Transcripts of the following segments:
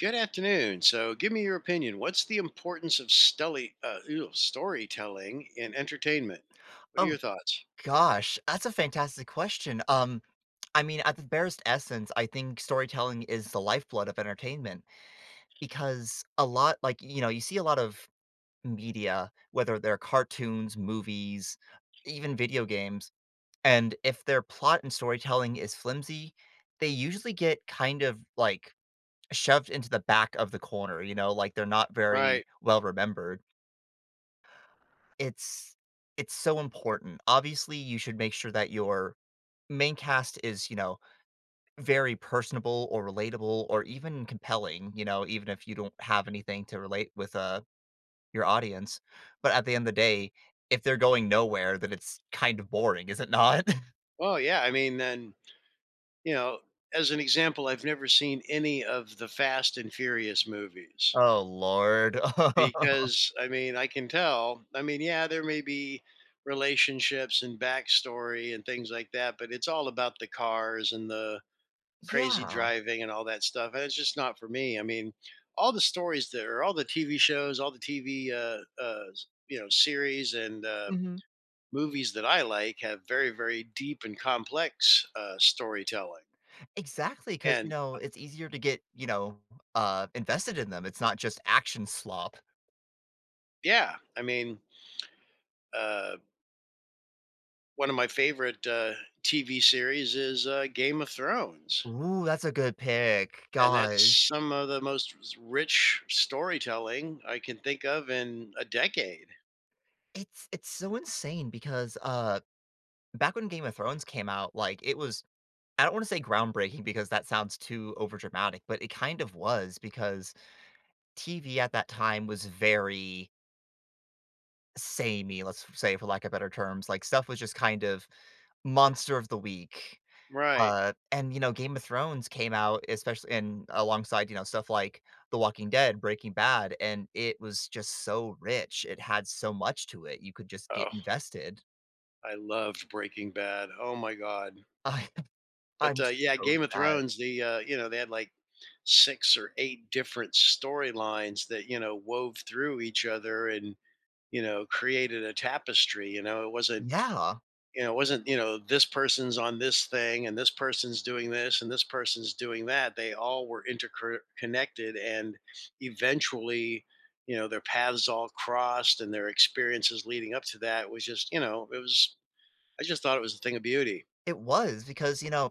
Good afternoon. So, give me your opinion. What's the importance of storytelling in entertainment? What are Oh your thoughts? gosh, that's a fantastic question. I mean, at the barest essence, I think storytelling is the lifeblood of entertainment because a lot, like, you know, you see a lot of media, whether they're cartoons, movies, even video games, and if their plot and storytelling is flimsy, they usually get kind of like shoved into the back of the corner, like they're not very Right. well remembered. It's it's so important. Obviously, you should make sure that your main cast is, you know, very personable or relatable or even compelling, you know, even if you don't have anything to relate with, your audience. But at the end of the day, if they're going nowhere, then it's kind of boring, is it not? Well, yeah. I mean, you know, as an example, I've never seen any of the Fast and Furious movies Oh, Lord. because, I mean, I can tell. I mean, yeah, there may be relationships and backstory and things like that, but it's all about the cars and the crazy Yeah. driving and all that stuff. And it's just not for me. I mean, all the stories there, all the TV shows, all the TV, series and Mhm. movies that I like have very, very deep and complex storytelling. Because you And know, it's easier to get, invested in them. It's not just action slop. yeah, I mean, uh, one of my favorite TV series is Game of Thrones. Ooh, that's a good pick. And that's Gosh. some of the most rich storytelling I can think of in a decade. It's so insane because, back when Game of Thrones came out, like, it was I don't wanna say groundbreaking because that sounds too overdramatic, but it kind of was because TV at that time was very samey, let's say, for lack of better terms, like, stuff was just kind of monster of the week, Right. And, you know, Game of Thrones came out, especially in alongside, you know, stuff like The Walking Dead, Breaking Bad, and it was just so rich, it had so much to it, you could just get invested. I loved Breaking Bad. Oh my god. I But, I'm yeah, so Game of sad. Thrones, they had like 6 or 8 different storylines that, you know, wove through each other and, you know, created a tapestry, you know? Yeah. This person's on this thing and this person's doing this and this person's doing that. They all were interconnected and eventually, you know, their paths all crossed and their experiences leading up to that was just, you know, it was I just thought it was a thing of beauty. It was because, you know,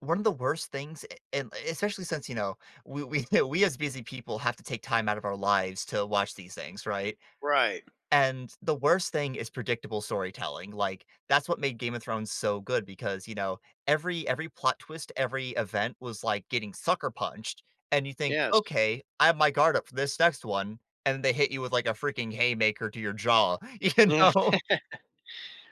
one of the worst things a and especially since, you know, we we as busy people have to take time out of our lives to watch these things, right? Right. And the worst thing is predictable storytelling, like, that's what made Game of Thrones so good because, you know, every plot twist, every event was, like, getting sucker punched, and you think, Yes. "Okay, I have my guard up for this next one," and they hit you with, like, a freaking haymaker to your jaw, you Yeah. know?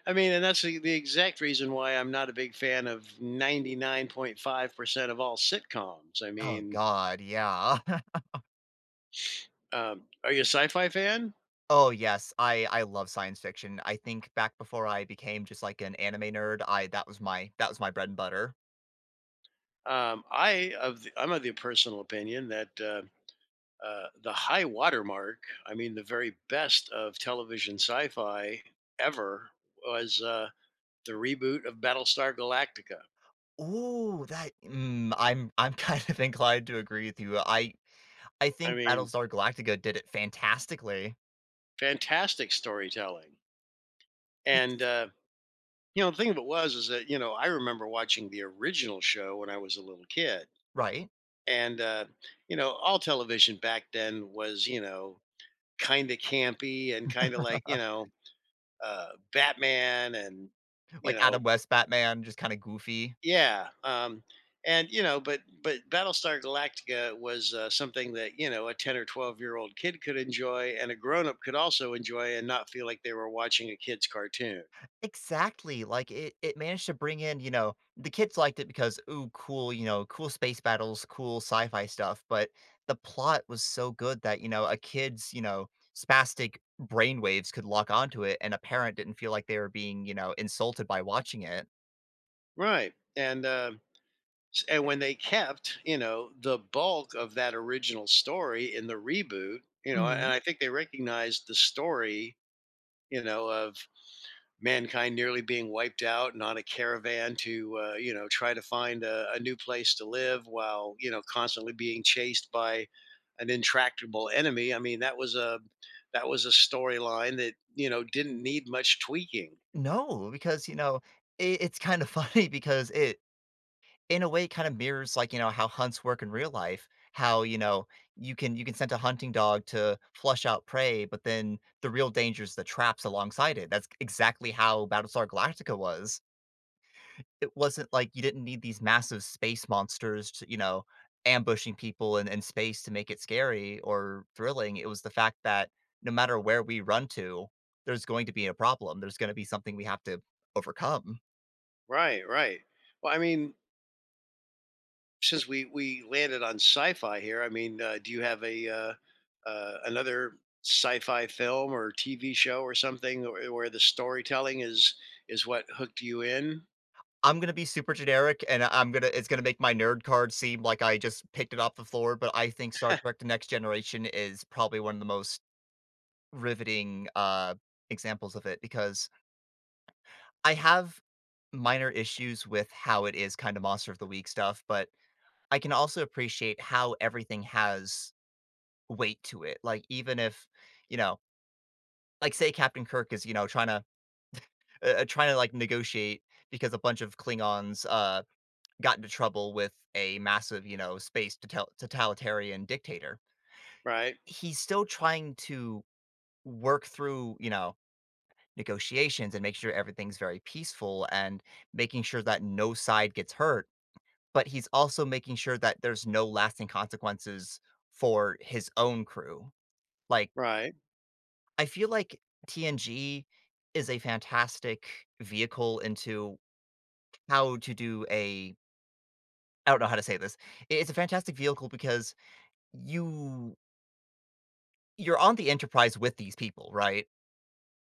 I mean, and that's the exact reason why I'm not a big fan of 99.5% of all sitcoms. I Oh mean, god, yeah. Are you a sci-fi fan? Oh, yes, I love science fiction. I think back before I became just, like, an anime nerd, I that was my bread and butter. I of I'm of the personal opinion that the high watermark, I mean, the very best of television sci-fi ever was the reboot of Battlestar Galactica. Ooh, that I'm kind of inclined to agree with you. I I think mean, Battlestar Galactica did it fantastically. fantastic storytelling and It's- you know, the thing of it was is that, you know, I remember watching the original show when I was a little kid. Right? And You know, all television back then was, you know, kind of campy and kind of like, you know, uh, Batman and you Like, Adam know, West Batman, just kinda goofy. yeah, and you know, but Battlestar Galactica was something that you know a 10 or 12 year old kid could enjoy, and a grown up could also enjoy, and not feel like they were watching a kid's cartoon. Exactly, like, it managed to bring in, you know the kids liked it because, "Ooh, cool," you know, "cool space battles, cool sci-fi stuff," but the plot was so good that, you know, a kid's, you know, spastic brainwaves could lock onto it, and a parent didn't feel like they were being, you know, insulted by watching it. Right, and and when they kept, you know, the bulk of that original story in the reboot, you know, and Mhm. I think they recognized the story, you know, of mankind nearly being wiped out and on a caravan to, you know, try to find a new place to live while, you know, constantly being chased by an intractable enemy. I mean, that was a storyline that you know didn't need much tweaking. No, because, you know, I it's kind of funny because it in a way kind of mirrors like you know how hunts work in real life, how you know you can send a hunting dog to flush out prey, but then the real danger is the traps alongside it. That's exactly how Battlestar Galactica was. It wasn't like you didn't need these massive space monsters to, you know, ambushing people in space to make it scary or thrilling. It was the fact that no matter where we run to, there's going to be a problem, there's going to be something we have to overcome. Right, right. Well, I mean, since we landed on sci-fi here, I mean, do you have a another sci-fi film or TV show or something where, the storytelling is what hooked you in? I'm gonna be super generic, and I'm gonna it's gonna make my nerd card seem like I just picked it off the floor, but I think Star Trek: The Next Generation is probably one of the most riveting, examples of it because I have minor issues with how it is kinda monster of the week stuff, but I can also appreciate how everything has weight to it, like, even if, you know, like, say Captain Kirk is, you know, trying to negotiate because a bunch of Klingons, got into trouble with a massive, you know, space totalitarian dictator. Right, He's still trying to work through, you know, negotiations and make sure everything's very peaceful and making sure that no side gets hurt. But he's also making sure that there's no lasting consequences for his own crew. Like, right, I feel like TNG is a fantastic vehicle into how to do a I don't know how to say this. It's a fantastic vehicle because you you're on the Enterprise with these people, right?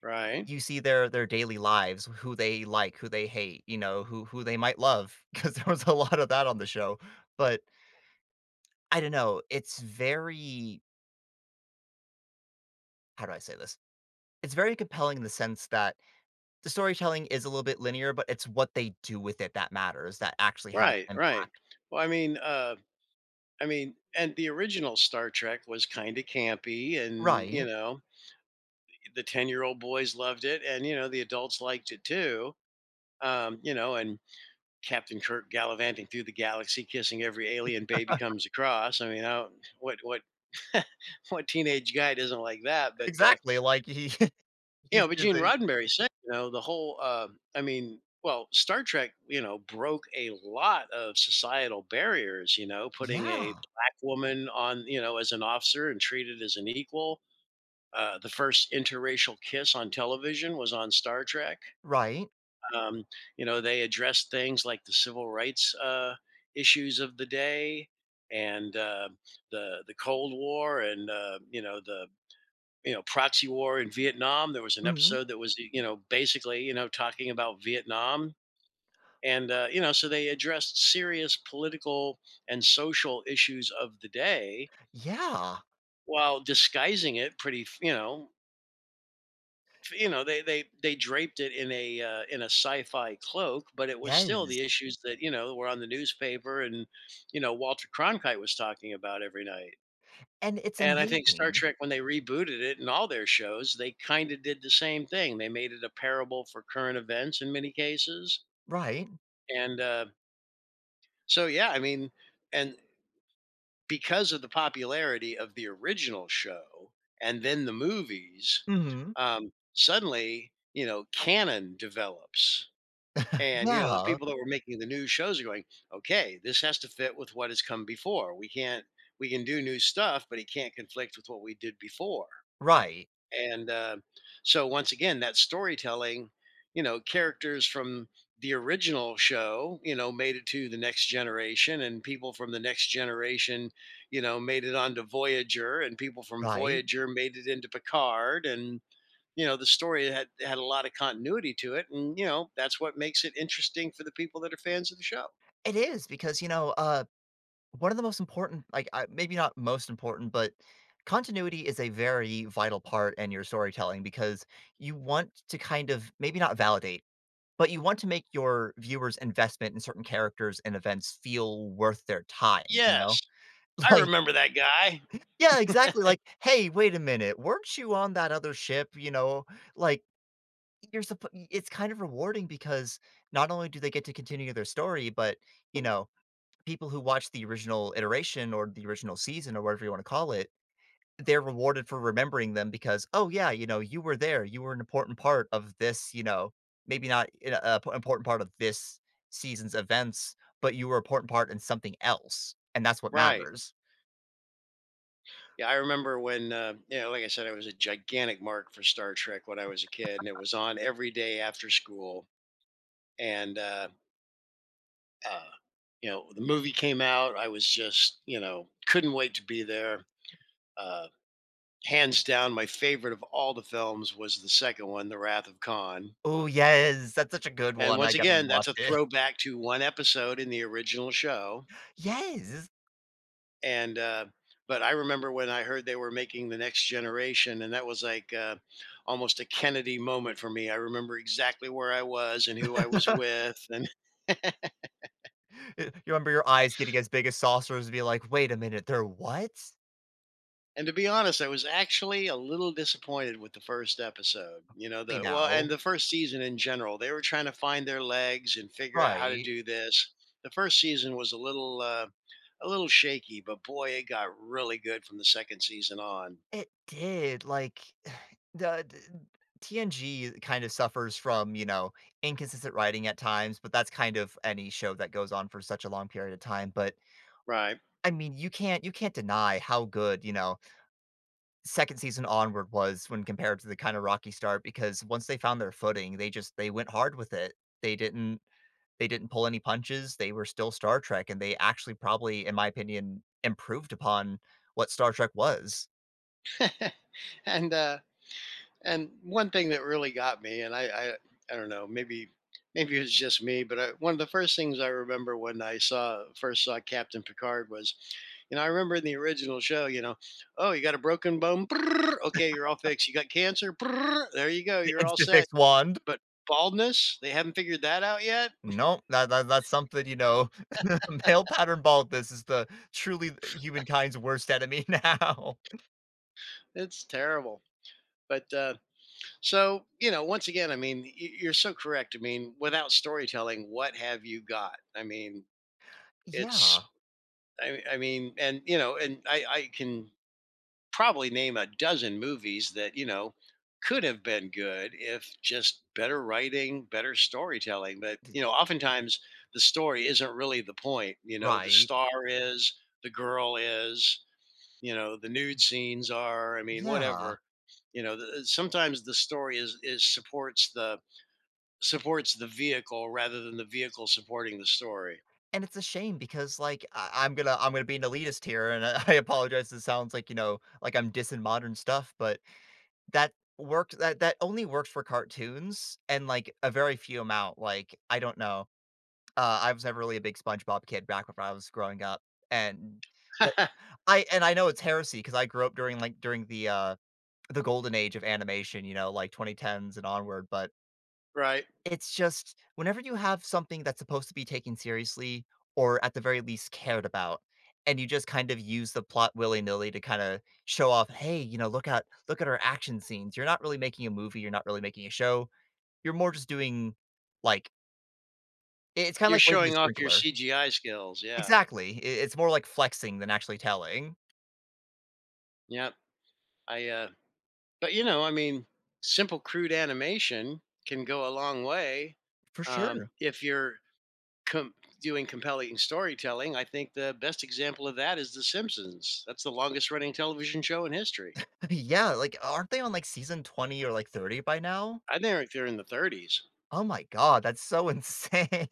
right, You see their daily lives, who they like, who they hate, you know, who they might love, because there was a lot of that on the show. But I don't know, it's very how do I say this? It's very compelling in the sense that the storytelling is a little bit linear, but it's what they do with it that matters, that actually has right, right. impact. Well, I mean, and the original Star Trek was kind of campy, and you Right. know, the ten-year-old boys loved it, and you know, the adults liked it too. You know, and Captain Kirk gallivanting through the galaxy, kissing every alien baby comes across. I mean, I don't, what what teenage guy doesn't like that? But Exactly, like, he you he's know, but is Gene a Roddenberry said, you know, the whole. I mean, well, Star Trek, you know, broke a lot of societal barriers. You know, putting a Yeah, black woman on, you know, as an officer and treated as an equal. The first interracial kiss on television was on Star Trek. right. Um, you know, they addressed things like the civil rights issues of the day and the Cold War and you know the you know proxy war in Vietnam. There was an Mhm. episode that was you know basically you know talking about Vietnam. And you know, so they addressed serious political and social issues of the day Yeah. while disguising it pretty, they draped it in a sci-fi cloak, but it was still Yes, the issues that you know were on the newspaper, and you know Walter Cronkite was talking about every night. and it's And I think Star amazing. Trek, when they rebooted it and all their shows, they kind of did the same thing. They made it a parable for current events in many cases, Right. and so yeah, I mean, and because of the popularity of the original show and then the movies, Mhm. Suddenly you know canon develops. And you know, the Yeah, people that were making the new shows are going, okay, this has to fit with what has come before. We can't we can do new stuff, but it can't conflict with what we did before. right, And so once again, that storytelling, you know, characters from the original show, you know, made it to the next generation, and people from the next generation, you know, made it onto Voyager, and people from right. Voyager made it into Picard, and you know the story had a lot of continuity to it and you know that's what makes it interesting for the people that are fans of the show. It is because, you know, one of the most important, like, maybe not most important, but continuity is a very vital part in your storytelling because you want to kind of maybe not validate, but you want to make your viewers' investment in certain characters and events feel worth their time, you know? Yes, I Like, remember that guy. yeah, exactly. Like, hey, wait a minute, weren't you on that other ship? You know, like You're suppo it's kind of rewarding because not only do they get to continue their story, but, you know, people who watch the original iteration or the original season or whatever you wanna call it, they're rewarded for remembering them because, "Oh, yeah, you know, you were there, you were an important part of this, you know, maybe not an important part of this season's events, but you were an important part in something else, and that's what Right, matters." yeah, I remember when you know like I said I was a gigantic mark for Star Trek when I was a kid and it was on every day after school and uh you know the movie came out I was just you know couldn't wait to be there. uh Hands down my favorite of all the films was the second one, the Wrath of Khan. Oh, yes, that's such a good And one, I once gotta again, that's a rewatch it. throwback to one episode in the original show. Yes! And but I remember when I heard they were making the next generation, and that was like almost a Kennedy moment for me. I remember exactly where I was and who I was with, and You remember your eyes getting as big as saucers and be like, "Wait a minute, they're what?" and to be honest, I was actually a little disappointed with the first episode. You And know, the first season in general, they were trying to find their legs and figure out how to right. do this. The first season was a little shaky, but boy, it got really good from the second season on. It did, like, the d TNG kind of suffers from, you know, inconsistent writing at times, but that's kind of any show that goes on for such a long period of time, but, Right, I mean, you can't deny how good, you know, 2nd season onward was when compared to the kinda rocky start because once they found their footing, they went hard with it. They didn't They didn't pull any punches, they were still Star Trek, and they actually probably, in my opinion, improved upon what Star Trek was. and and one thing that really got me, and I don't know, maybe it was just me, but I, one of the first things I remember when I saw first saw Captain Picard was, you know, I remember in the original show, you know, oh, you got a broken bone, brrr, okay, you're all fixed. You got cancer, brrr, there you go, The you're all Instafix set. wand. But baldness, they haven't figured that out yet. Nope, that's something, you know, male pattern baldness is the truly humankind's worst enemy now. It's terrible. But so you know, once again, I mean, you're so correct. I mean, without storytelling, what have you got? I mean, Yeah, it's I mean, and you know, and I can probably name a dozen movies that you know could have been good if just better writing, better storytelling. But you know, oftentimes the story isn't really the point. You know, the right. star is, the girl is, you know, the nude scenes are. I mean, Yeah, whatever. You know, sometimes the story is supports the vehicle rather than the vehicle supporting the story. and it's a shame because, like, I'm gonna be an elitist here, and I I apologize, it sounds like, you know, like I'm dissing modern stuff, but that only works for cartoons and, like, a very few amount, like, I don't know. I was never really a big SpongeBob kid back when I was growing up, and but I and I know it's heresy because I grew up during, the golden age of animation, you know, like, 2010s and onward, but Right. it's just whenever you have something that's supposed to be taken seriously or at the very least cared about, and you just kind of use the plot willy-nilly to kinda show off, "Hey, you know, look at our action scenes." You're not really making a movie, you're not really making a show. You're more just doing, like I it's kinda You're like waving a showing off your sprinkler. CGI skills, yeah. Exactly. I It's more like flexing than actually telling. Yep. I, uh but, you know, I mean, simple crude animation can go a long way, For sure. if you're com doing compelling storytelling. I think the best example of that is The Simpsons. That's the longest running television show in history. Yeah, like, aren't they on, like, season 20 or, like, 30 by now? I think they're in the 30s. Oh my god, that's so insane.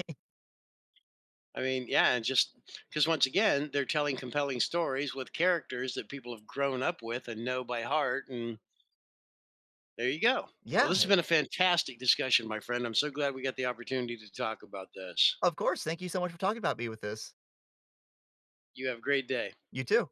I mean, yeah, and just because once again, they're telling compelling stories with characters that people have grown up with and know by heart and there you go. Well, this has Yeah, been a fantastic discussion, my friend. I'm so glad we got the opportunity to talk about this. of course, thank you so much for talking about me with this. You have a great day. You too.